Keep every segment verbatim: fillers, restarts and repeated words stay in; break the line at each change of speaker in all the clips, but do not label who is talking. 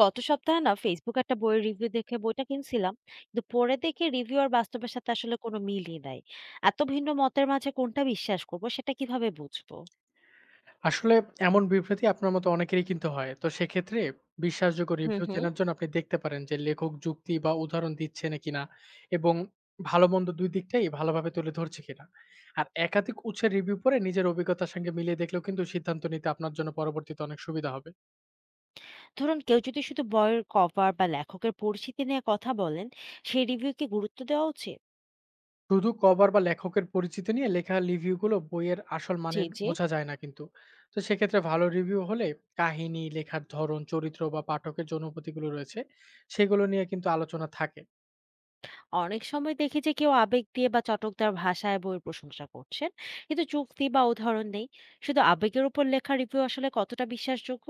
গত সপ্তাহে না ফেসবুক একটা বইয়ের রিভিউ দেখে বইটা কিনছিলাম, কিন্তু পরে দেখি রিভিউ আর বাস্তবের সাথে আসলে কোনো মিলই নাই। এত ভিন্ন মতের মাঝে কোনটা বিশ্বাস করব সেটা কিভাবে বুঝবো?
আসলে এমন বিভ্রান্তি আপনার মতো অনেকেরই কিন্তু হয়। তো সেক্ষেত্রে বিশ্বাসযোগ্য
হুম
রিভিউ
হুম
চেনার জন্য আপনি দেখতে পারেন যে লেখক যুক্তি বা উদাহরণ দিচ্ছে নাকি না কিনা এবং ভালো-মন্দ দুই দিকটাই ভালোভাবে তুলে ধরছে কিনা। আর একাধিক উৎসের রিভিউ পড়ে নিজের অভিজ্ঞতার সঙ্গে মিলিয়ে দেখলেও কিন্তু সিদ্ধান্ত নিতে আপনার জন্য পরবর্তীতে অনেক সুবিধা হবে।
ধরুন কেউ যদি শুধু বইয়ের কভার বা লেখকের পরিচিতি নিয়ে কথা বলেন, সেই রিভিউকে গুরুত্ব দেওয়া উচিত?
শুধু কভার বা লেখকের পরিচিতি নিয়ে লেখা রিভিউ গুলো বইয়ের আসল
জি
মানের
জি।
বোঝা যায় না কিন্তু। তো সেক্ষেত্রে ভালো রিভিউ হলে কাহিনী, লেখার ধরন, চরিত্র বা পাঠকের যে অনুভূতিগুলো রয়েছে সেগুলো নিয়ে কিন্তু আলোচনা থাকে।
অনেক সময় দেখি যে কেউ আবেগ দিয়ে বা চটকদার ভাষায় বইয়ের প্রশংসা করছেন, কিন্তু যুক্তি বা উদাহরণ নেই। শুধু আবেগের উপর লেখা রিভিউ আসলে কতটা বিশ্বাসযোগ্য?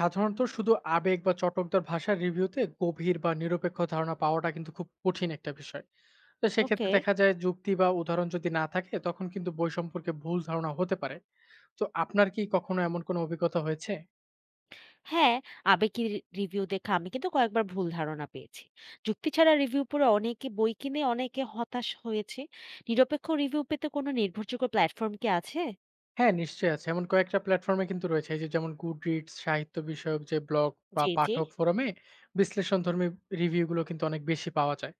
সাধারণত শুধু আবেগ বা চটকদার ভাষার রিভিউতে গভীর বা নিরপেক্ষ ধারণা পাওয়াটা কিন্তু খুব কঠিন একটা বিষয়। তো সেক্ষেত্রে
ওকে।
দেখা যায় যুক্তি বা উদাহরণ যদি না থাকে তখন কিন্তু বই সম্পর্কে ভুল ধারণা হতে পারে। তো আপনার কি কখনো এমন কোনো অভিজ্ঞতা হয়েছে?
হ্যাঁ, আবেগী রি- রিভিউ দেখে আমি কিন্তু কয়েকবার ভুল ধারণা পেয়েছি। যুক্তি ছাড়া রিভিউ পড়ে অনেকে বই কিনে অনেকে হতাশ হয়েছে। নিরপেক্ষ রিভিউ পেতে কোনো নির্ভরযোগ্য প্ল্যাটফর্ম কি আছে?
হ্যাঁ, নিশ্চয়ই আছে। এমন কয়েকটা প্ল্যাটফর্মে কিন্তু রয়েছে। এই যে যেমন Goodreads, সাহিত্য বিষয়ক যে ব্লগ বা
জি জি।
পাঠক ফোরামে বিশ্লেষণধর্মী রিভিউ গুলো কিন্তু অনেক বেশি পাওয়া যায়।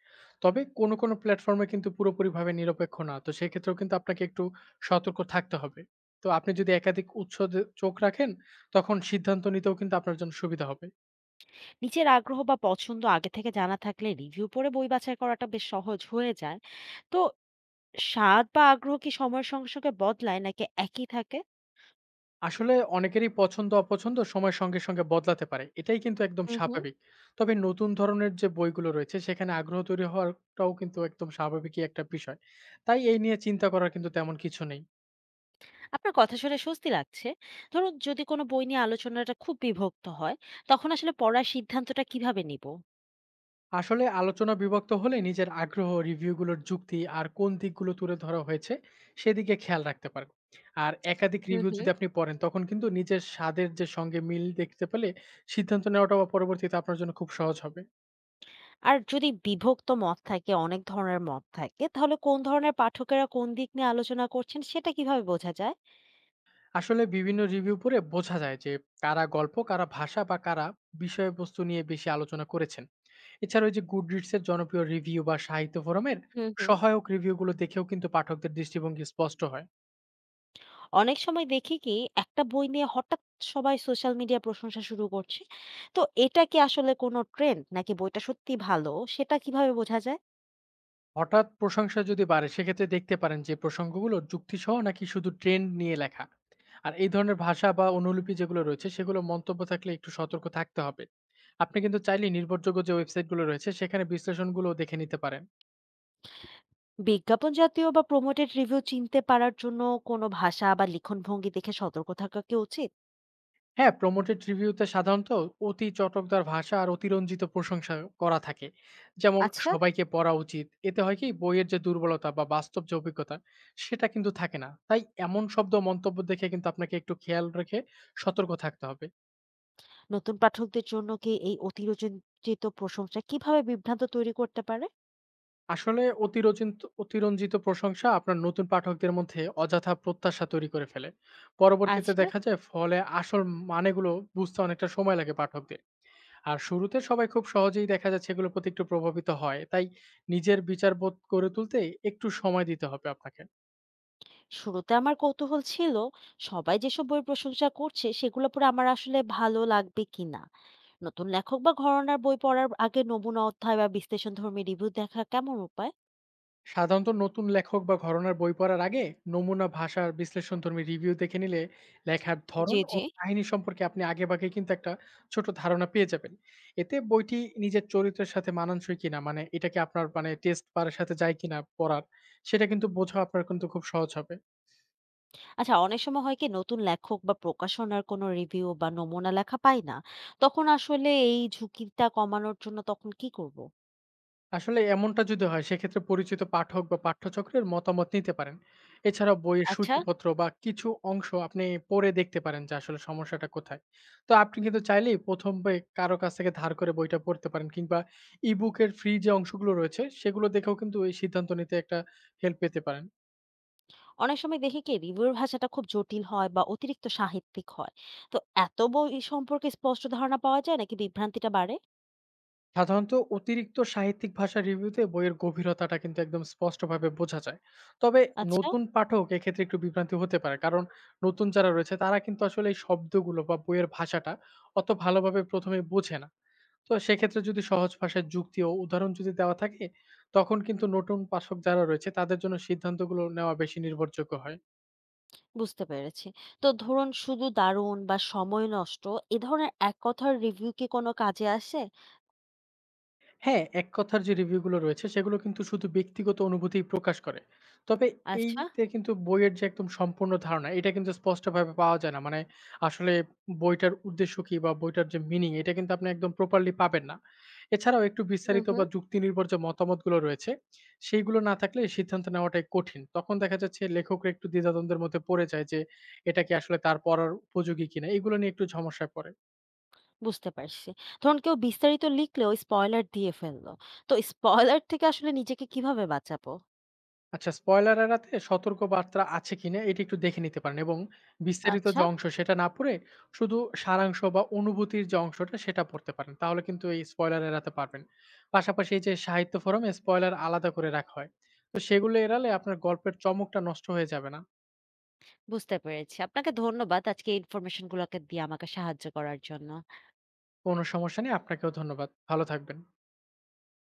তবে কোনো, কোনো প্ল্যাটফর্মে কিন্তু পুরোপুরিভাবে নিরপেক্ষ না। তো সেক্ষেত্রেও কিন্তু আপনাকে একটু সতর্ক থাকতে হবে। তো আপনি যদি একাধিক উৎস দে চোখ রাখেন, তখন সিদ্ধান্ত নিতেও কিন্তু আপনার জন্য সুবিধা হবে।
নিজের আগ্রহ বা পছন্দ আগে থেকে জানা থাকলে রিভিউ পড়ে বই বাছাই করাটা বেশ সহজ হয়ে যায়। তো স্বাদ বা আগ্রহ কি সময়ের সঙ্গে সঙ্গে বদলায় নাকি একই থাকে?
আসলে অনেকেরই পছন্দ অপছন্দ সময়ের সঙ্গে, সঙ্গে বদলাতে পারে। এটাই কিন্তু একদম
হুম হুম
স্বাভাবিক। তবে নতুন ধরনের যে বইগুলো রয়েছে সেখানে আগ্রহ তৈরি হওয়ারটাও কিন্তু একদম স্বাভাবিকই একটা বিষয়। তাই এই নিয়ে চিন্তা করার কিন্তু তেমন কিছু নেই।
আপনার কথা শুনে স্বস্তি লাগছে। ধরুন যদি কোনো বই নিয়ে আলোচনাটা খুব বিভক্ত হয়, তখন আসলে পড়ার সিদ্ধান্তটা কিভাবে নিব?
আসলে আলোচনা বিভক্ত হলে নিজের আগ্রহ, রিভিউগুলোর যুক্তি আর কোন দিকগুলো তুলে ধরা হয়েছে সেদিকে খেয়াল রাখতে পারব। আর একাধিক
হুম
রিভিউ
হুম
যদি আপনি পড়েন তখন কিন্তু নিজের স্বাদের যে সঙ্গে মিল দেখতে পেলে সিদ্ধান্ত নেওয়াটাও পরবর্তীতে আপনার জন্য খুব সহজ হবে।
আর যদি বিভক্ত মত থাকে, অনেক ধরনের মত থাকে, তাহলে কোন ধরনের পাঠকেরা কোন দিক নিয়ে আলোচনা করছেন সেটা কিভাবে বোঝা যায়?
আসলে বিভিন্ন রিভিউ পড়ে বোঝা যায় যে কারা গল্প, কারা ভাষা বা কারা বিষয়বস্তু নিয়ে বেশি আলোচনা করেছেন। এছাড়া ওই যে গুড রিডসের জনপ্রিয় রিভিউ বা সাহিত্য ফোরামের
হুম হুম
সহায়ক রিভিউগুলো দেখেও কিন্তু পাঠকদের দৃষ্টিভঙ্গি স্পষ্ট হয়।
অনেক সময় দেখি কি একটা বই নিয়ে হঠাৎ সবাই সোশ্যাল মিডিয়া প্রশংসা শুরু করছে। তো এটা কি আসলে কোনো ট্রেন্ড নাকি বইটা সত্যি ভালো, সেটা কিভাবে বোঝা যায়?
হঠাৎ প্রশংসা যদি বাড়ে সেক্ষেত্রে দেখতে পারেন যে প্রসঙ্গগুলো যুক্তিসহ নাকি শুধু ট্রেন্ড নিয়ে লেখা। আর এই ধরনের ভাষা বা অনুলিপি যেগুলো রয়েছে সেগুলো মন্তব্য থাকলে একটু সতর্ক থাকতে হবে। আপনি কিন্তু চাইলে নির্ভরযোগ্য যে ওয়েবসাইটগুলো রয়েছে সেখানে বিশ্লেষণগুলো দেখে নিতে পারেন।
বিজ্ঞাপন জাতীয় বা প্রমোটেড রিভিউ চিনতে পারার জন্য কোনো ভাষা বা লিখনভঙ্গি দেখে সতর্ক থাকা কি উচিত?
হ্যাঁ, প্রমোটেড রিভিউতে সাধারণত অতি চটকদার ভাষা আর অতিরঞ্জিত প্রশংসা করা থাকে। যেমন,
আচ্ছা।
সবাইকে পড়া উচিত। এতে হয় কি, বইয়ের যে দুর্বলতা বা বাস্তব যে অভিজ্ঞতা সেটা কিন্তু থাকে না। তাই এমন শব্দ ও মন্তব্য দেখে কিন্তু আপনাকে একটু খেয়াল রেখে সতর্ক থাকতে হবে।
নতুন পাঠকদের জন্য কি এই অতিরঞ্জিত প্রশংসা কিভাবে বিভ্রান্ত তৈরি করতে পারে?
আসলে অতিরচিন্ত অতিরঞ্জিত প্রশংসা আপনার নতুন পাঠকদের মধ্যে অযথা প্রত্যাশা তৈরি করে ফেলে। পরবর্তীতে
আচ্ছা।
দেখা যায় ফলে আসল মানেগুলো বুঝতে অনেকটা সময় লাগে পাঠকদের। আর শুরুতে সবাই খুব সহজেই দেখা যাচ্ছে এগুলোর প্রতি একটু প্রভাবিত হয়। তাই নিজের বিচারবোধ গড়ে তুলতে একটু সময় দিতে হবে আপনাকে।
শুরুতে আমার কৌতূহল ছিল সবাই যেসব বইয়ের প্রশংসা করছে সেগুলো পড়ে আমার আসলে ভালো লাগবে কিনা। নতুন লেখক বা ঘরানার বই পড়ার আগে নমুনা অধ্যায় বা বিশ্লেষণধর্মী রিভিউ দেখা কেমন উপায়?
সাধারণত নতুন লেখক বা ঘরানার বই পড়ার আগে নমুনা ভাষার বিশ্লেষণধর্মী রিভিউ দেখে নিলে লেখার
জি
ধরন ও
জি।
কাহিনী সম্পর্কে আপনি আগেভাগে কিন্তু একটা ছোট ধারণা পেয়ে যাবেন। এতে বইটি নিজের চরিত্রের সাথে মানানসই কিনা, মানে এটা কি আপনার মানে টেস্ট বার এর সাথে যায় কিনা পড়ার, সেটা কিন্তু বোঝা আপনার কিন্তু খুব সহজ হবে।
আচ্ছা, অনেক সময় হয় কি নতুন লেখক বা প্রকাশনার কোনো রিভিউ বা নমুনা লেখা পাই না, তখন আসলে এই ঝুঁকিটা কমানোর জন্য তখন কি করব?
আসলে এমনটা যদি হয় সেক্ষেত্রে পরিচিত পাঠক বা পাঠ্যচক্রের মতামত নিতে পারেন। এছাড়াও বইয়ের
আচ্ছা।
সূচিপত্র বা কিছু অংশ আপনি পড়ে দেখতে পারেন যে আসলে সমস্যাটা কোথায়। তো আপনি কিন্তু চাইলেই প্রথম বে কারো কাছ থেকে ধার করে বইটা পড়তে পারেন, কিংবা ই-বুকের ফ্রি যে অংশগুলো রয়েছে সেগুলো দেখেও কিন্তু এই সিদ্ধান্ত নিতে একটা হেল্প পেতে পারেন।
অনেক সময় দেখি কি রিভিউর ভাষাটা খুব জটিল হয় বা অতিরিক্ত সাহিত্যিক হয়। তো এত বই সম্পর্কে স্পষ্ট ধারণা পাওয়া যায় নাকি বিভ্রান্তিটা বাড়ে?
সাধারণত অতিরিক্ত সাহিত্যিক ভাষা রিভিউতে বইয়ের গভীরতাটা কিন্তু একদম স্পষ্টভাবে বোঝা যায়। তবে
আচ্ছা।
নতুন পাঠক এক্ষেত্রে একটু বিভ্রান্তি হতে পারে। কারণ নতুন যারা রয়েছে তারা কিন্তু আসলে এই শব্দগুলো বা বইয়ের ভাষাটা অত ভালোভাবে প্রথম এ বোঝে না। তো সেক্ষেত্রে যদি সহজ ভাষায় যুক্তি ও উদাহরণ যদি দেওয়া থাকে, তখন কিন্তু নতুন পাঠক যারা রয়েছে তাদের জন্য সিদ্ধান্তগুলো নেওয়া বেশি নির্ভরযোগ্য হয়।
বুঝতে পেরেছি। তো ধরুন শুধু দারুণ বা সময় নষ্ট, এ ধরনের এক কথার রিভিউ কি কোনো কাজে আসে?
হ্যাঁ, এক কথার যে রিভিউ গুলো রয়েছে সেগুলো কিন্তু শুধু ব্যক্তিগত অনুভূতিই প্রকাশ করে। তবে
আচ্ছা।
এইতে কিন্তু বইয়ের যে একদম সম্পূর্ণ ধারণা এটা কিন্তু স্পষ্টভাবে পাওয়া যায় না। মানে আসলে বইটার উদ্দেশ্য কি বা বইটার যে মিনিং এটা কিন্তু আপনি একদম প্রপারলি পাবেন না। এছাড়াও একটু
হুম,
বিস্তারিত
হুম।
বা যুক্তি নির্ভর যে মতামতগুলো রয়েছে সেইগুলো না থাকলে সিদ্ধান্ত নেওয়াটাই কঠিন। তখন দেখা যাচ্ছে লেখকরা একটু দ্বিধাদ্বন্দ্বের মধ্যে পড়ে যায় যে এটা কি আসলে তার পড়ার উপযোগী কিনা? এগুলো নিয়ে একটু সমস্যায় পড়ে।
বুঝতে পারছি। ধরুন কেউ বিস্তারিত লিখলেও স্পয়লার দিয়ে ফেলল। তো স্পয়লার থেকে আসলে নিজেকে কিভাবে বাঁচাবো?
আচ্ছা, স্পয়লার এড়াতে সতর্ক বার্তা আছে কিনা এটি একটু দেখে নিতে পারেন এবং বিস্তারিত
আচ্ছা।
যে অংশ সেটা না পড়ে শুধু সারাংশ বা অনুভূতির যে অংশটা সেটা পড়তে পারেন। তাহলে কিন্তু এই স্পয়লার এড়াতে পারবেন। পাশাপাশি এই যে সাহিত্য ফোরামে স্পয়লার আলাদা করে রাখা হয়। তো সেগুলো এড়ালে আপনার গল্পের চমকটা নষ্ট হয়ে যাবে না।
বুঝতে পেরেছি। আপনাকে ধন্যবাদ আজকে এই ইনফরমেশন গুলোকে দিয়ে আমাকে সাহায্য করার জন্য।
কোনো সমস্যা নেই। আপনাকেও ধন্যবাদ। ভালো থাকবেন।